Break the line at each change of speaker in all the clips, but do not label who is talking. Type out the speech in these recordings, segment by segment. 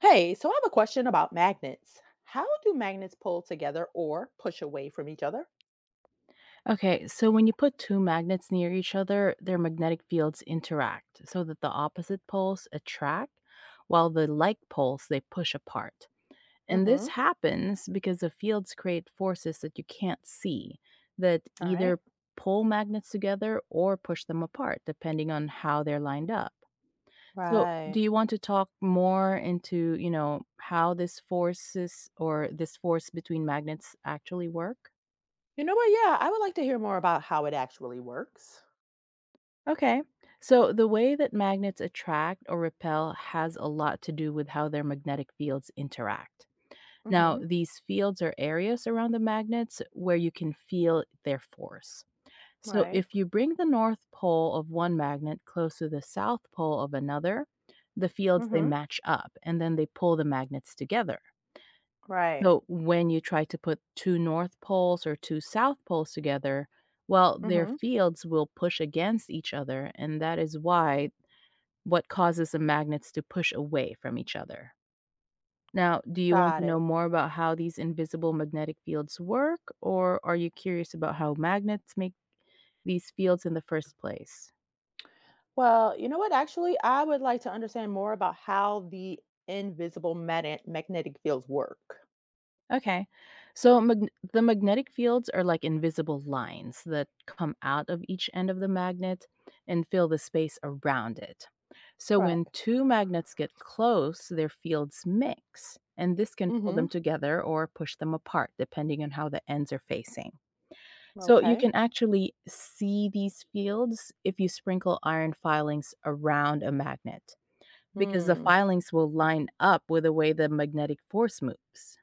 Hey, so I have a question about magnets. How do magnets pull together or push away from each other?
Okay, so when you put two magnets near each other, their magnetic fields interact so that the opposite poles attract while the like poles they push apart. And
Mm-hmm.
this
All
happens because the fields create forces that you can't see that
right.
either pull magnets together or push them apart depending on how they're lined up. So, do
Right.
you want to talk more into, how this forces or this force between magnets actually work?
You know what? Yeah, I would like to hear more about how it actually works.
Okay. So the way that magnets attract or repel has a lot to do with how their magnetic fields interact. Now,
Mm-hmm.
these fields are areas around the magnets where you can feel their force. So
Right.
if you bring the north pole of one magnet close to the south pole of another, the fields they
Mm-hmm.
match up and then they pull the magnets together.
Right.
So when you try to put two north poles or two south poles together, well, their
Mm-hmm.
fields will push against each other, and that is why what causes the magnets to push away from each other. Now, do you want
Got
to
it.
know more about how these invisible magnetic fields work, or are you curious about how magnets make these fields in the first place?
Well, you know what? Actually, I would like to understand more about how the invisible magnetic fields work.
Okay, so the magnetic fields are like invisible lines that come out of each end of the magnet and fill the space around it. So,
Right.
when two magnets get close, their fields mix, and this can pull
Mm-hmm.
them together or push them apart, depending on how the ends are facing. So you
Okay.
can actually see these fields if you sprinkle iron filings around a magnet, because the
Hmm.
filings will line up with the way the magnetic force moves.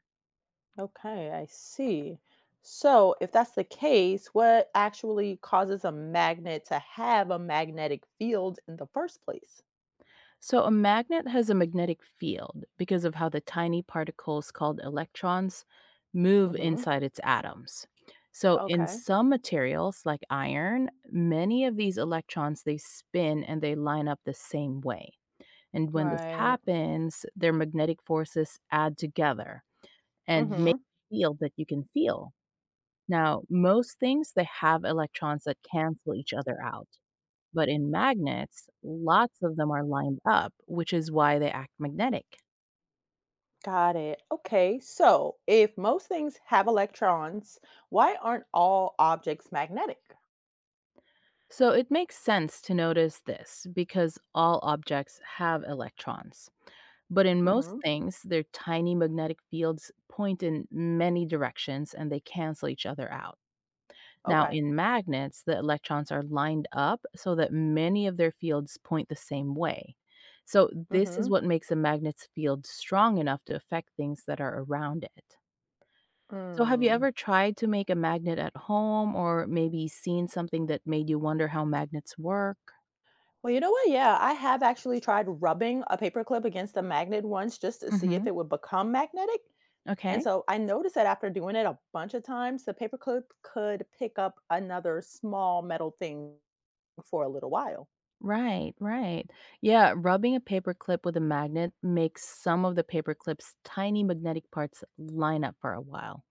Okay, I see. So, if that's the case, what actually causes a magnet to have a magnetic field in the first place?
So a magnet has a magnetic field because of how the tiny particles called electrons move
Mm-hmm.
inside its atoms. So in
Okay,
some materials like iron, many of these electrons they spin and they line up the same way. And when this
right.
happens, their magnetic forces add together and
Mm-hmm.
make it feel that you can feel. Now, most things they have electrons that cancel each other out. But in magnets, lots of them are lined up, which is why they act magnetic.
Got it. Okay, so if most things have electrons, why aren't all objects magnetic?
So it makes sense to notice this because all objects have electrons. But in most
Mm-hmm.
things, their tiny magnetic fields point in many directions and they cancel each other out. Now,
Okay.
in magnets, the electrons are lined up so that many of their fields point the same way. So, this is
Mm-hmm.
what makes a magnet's field strong enough to affect things that are around it. So, have you
Mm.
ever tried to make a magnet at home or maybe seen something that made you wonder how magnets work?
Well, you know what? Yeah, I have actually tried rubbing a paperclip against a magnet once just to see if
Hmm.
it would become magnetic. And
Okay.
so I noticed that after doing it a bunch of times, the paperclip could pick up another small metal thing for a little while.
Right, right. Yeah, rubbing a paper clip with a magnet makes some of the paper clip's tiny magnetic parts line up for a while.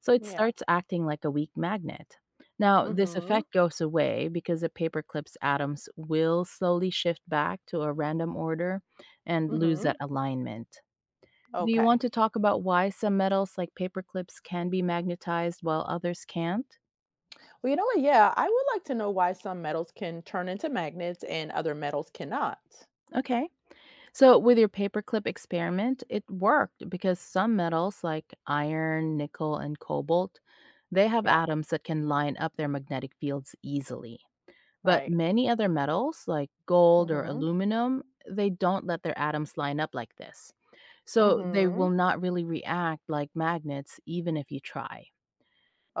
So it
Yeah.
starts acting like a weak magnet. Now, this
Mhm.
effect goes away because the paper clip's atoms will slowly shift back to a random order and lose that
Mhm.
alignment. Do you
Okay.
want to talk about why some metals like paper clips can be magnetized while others can't?
Well, you know what? Yeah, I would like to know why some metals can turn into magnets and other metals cannot.
Okay. So, with your paperclip experiment, it worked because some metals like iron, nickel, and cobalt, they have
Yeah,
atoms that can line up their magnetic fields easily. But
right.
many other metals like gold or
Mhm.
aluminum, they don't let their atoms line up like this. So, they
Mhm.
will not really react like magnets even if you try.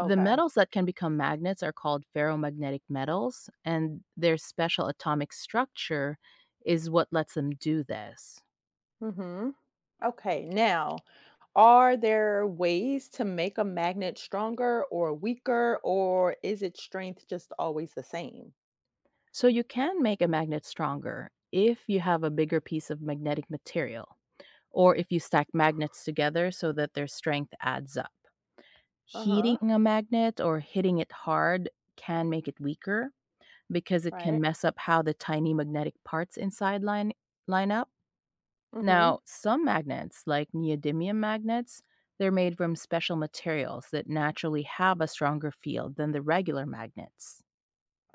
The metals that can become magnets are called ferromagnetic metals, and their special atomic structure is what lets them do this.
Mhm. Okay. Now, are there ways to make a magnet stronger or weaker or is its strength just always the same?
So you can make a magnet stronger if you have a bigger piece of magnetic material or if you stack magnets together so that their strength adds up. Heating
Uh-huh.
a magnet or hitting it hard can make it weaker because it can
Right.
mess up how the tiny magnetic parts inside line up.
Mm-hmm.
Now, some magnets like neodymium magnets, they're made from special materials that naturally have a stronger field than the regular magnets.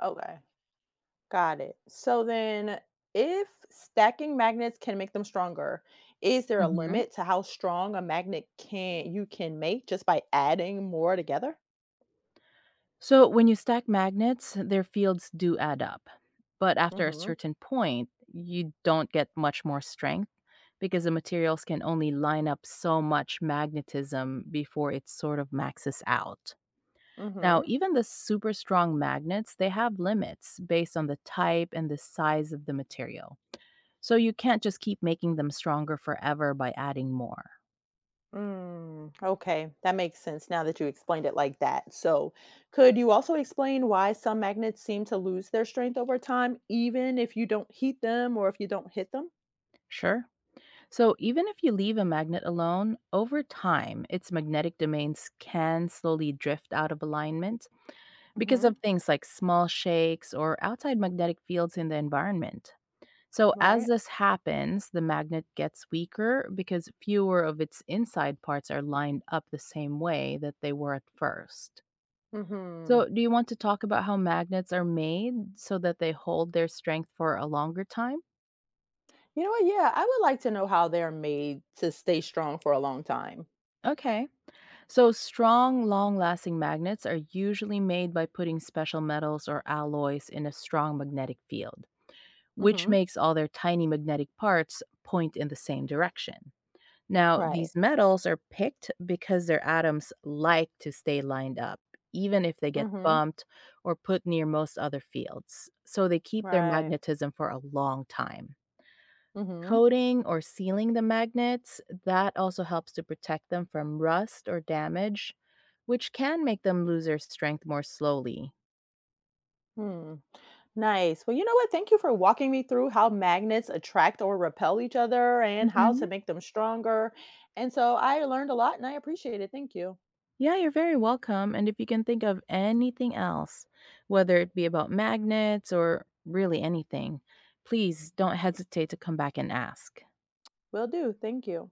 Okay. Got it. So then, if stacking magnets can make them stronger, is there a
Mhm.
limit to how strong a magnet can you can make just by adding more together?
So, when you stack magnets, their fields do add up. But after a
Mm-hmm.
certain point, you don't get much more strength because the materials can only line up so much magnetism before it sort of maxes out. Now,
Mm-hmm.
even the super strong magnets, they have limits based on the type and the size of the material. So, you can't just keep making them stronger forever by adding more.
Mm, okay, that makes sense now that you explained it like that. So, could you also explain why some magnets seem to lose their strength over time, even if you don't heat them or if you don't hit them?
Sure, so, even if you leave a magnet alone, over time, its magnetic domains can slowly drift out of alignment because
Mm-hmm.
of things like small shakes or outside magnetic fields in the environment. So, as
Right.
this happens, the magnet gets weaker because fewer of its inside parts are lined up the same way that they were at first.
Mm-hmm.
So, do you want to talk about how magnets are made so that they hold their strength for a longer time?
You know what? Yeah, I would like to know how they're made to stay strong for a long time.
Okay. So, strong, long lasting magnets are usually made by putting special metals or alloys in a strong magnetic field, which
Mhm.
makes all their tiny magnetic parts point in the same direction. Now,
Right.
these metals are picked because their atoms like to stay lined up, even if they get
Mhm.
bumped or put near most other fields. So, they keep their
Right.
magnetism for a long time.
Mhm.
Coating or sealing the magnets, that also helps to protect them from rust or damage, which can make them lose their strength more slowly.
Hmm. Nice. Well, you know what? Thank you for walking me through how magnets attract or repel each other and how to
Hmm.
make them stronger. And so I learned a lot and I appreciate it. Thank you.
Yeah, you're very welcome. And if you can think of anything else, whether it be about magnets or really anything, please don't hesitate to come back and ask.
Will do. Thank you.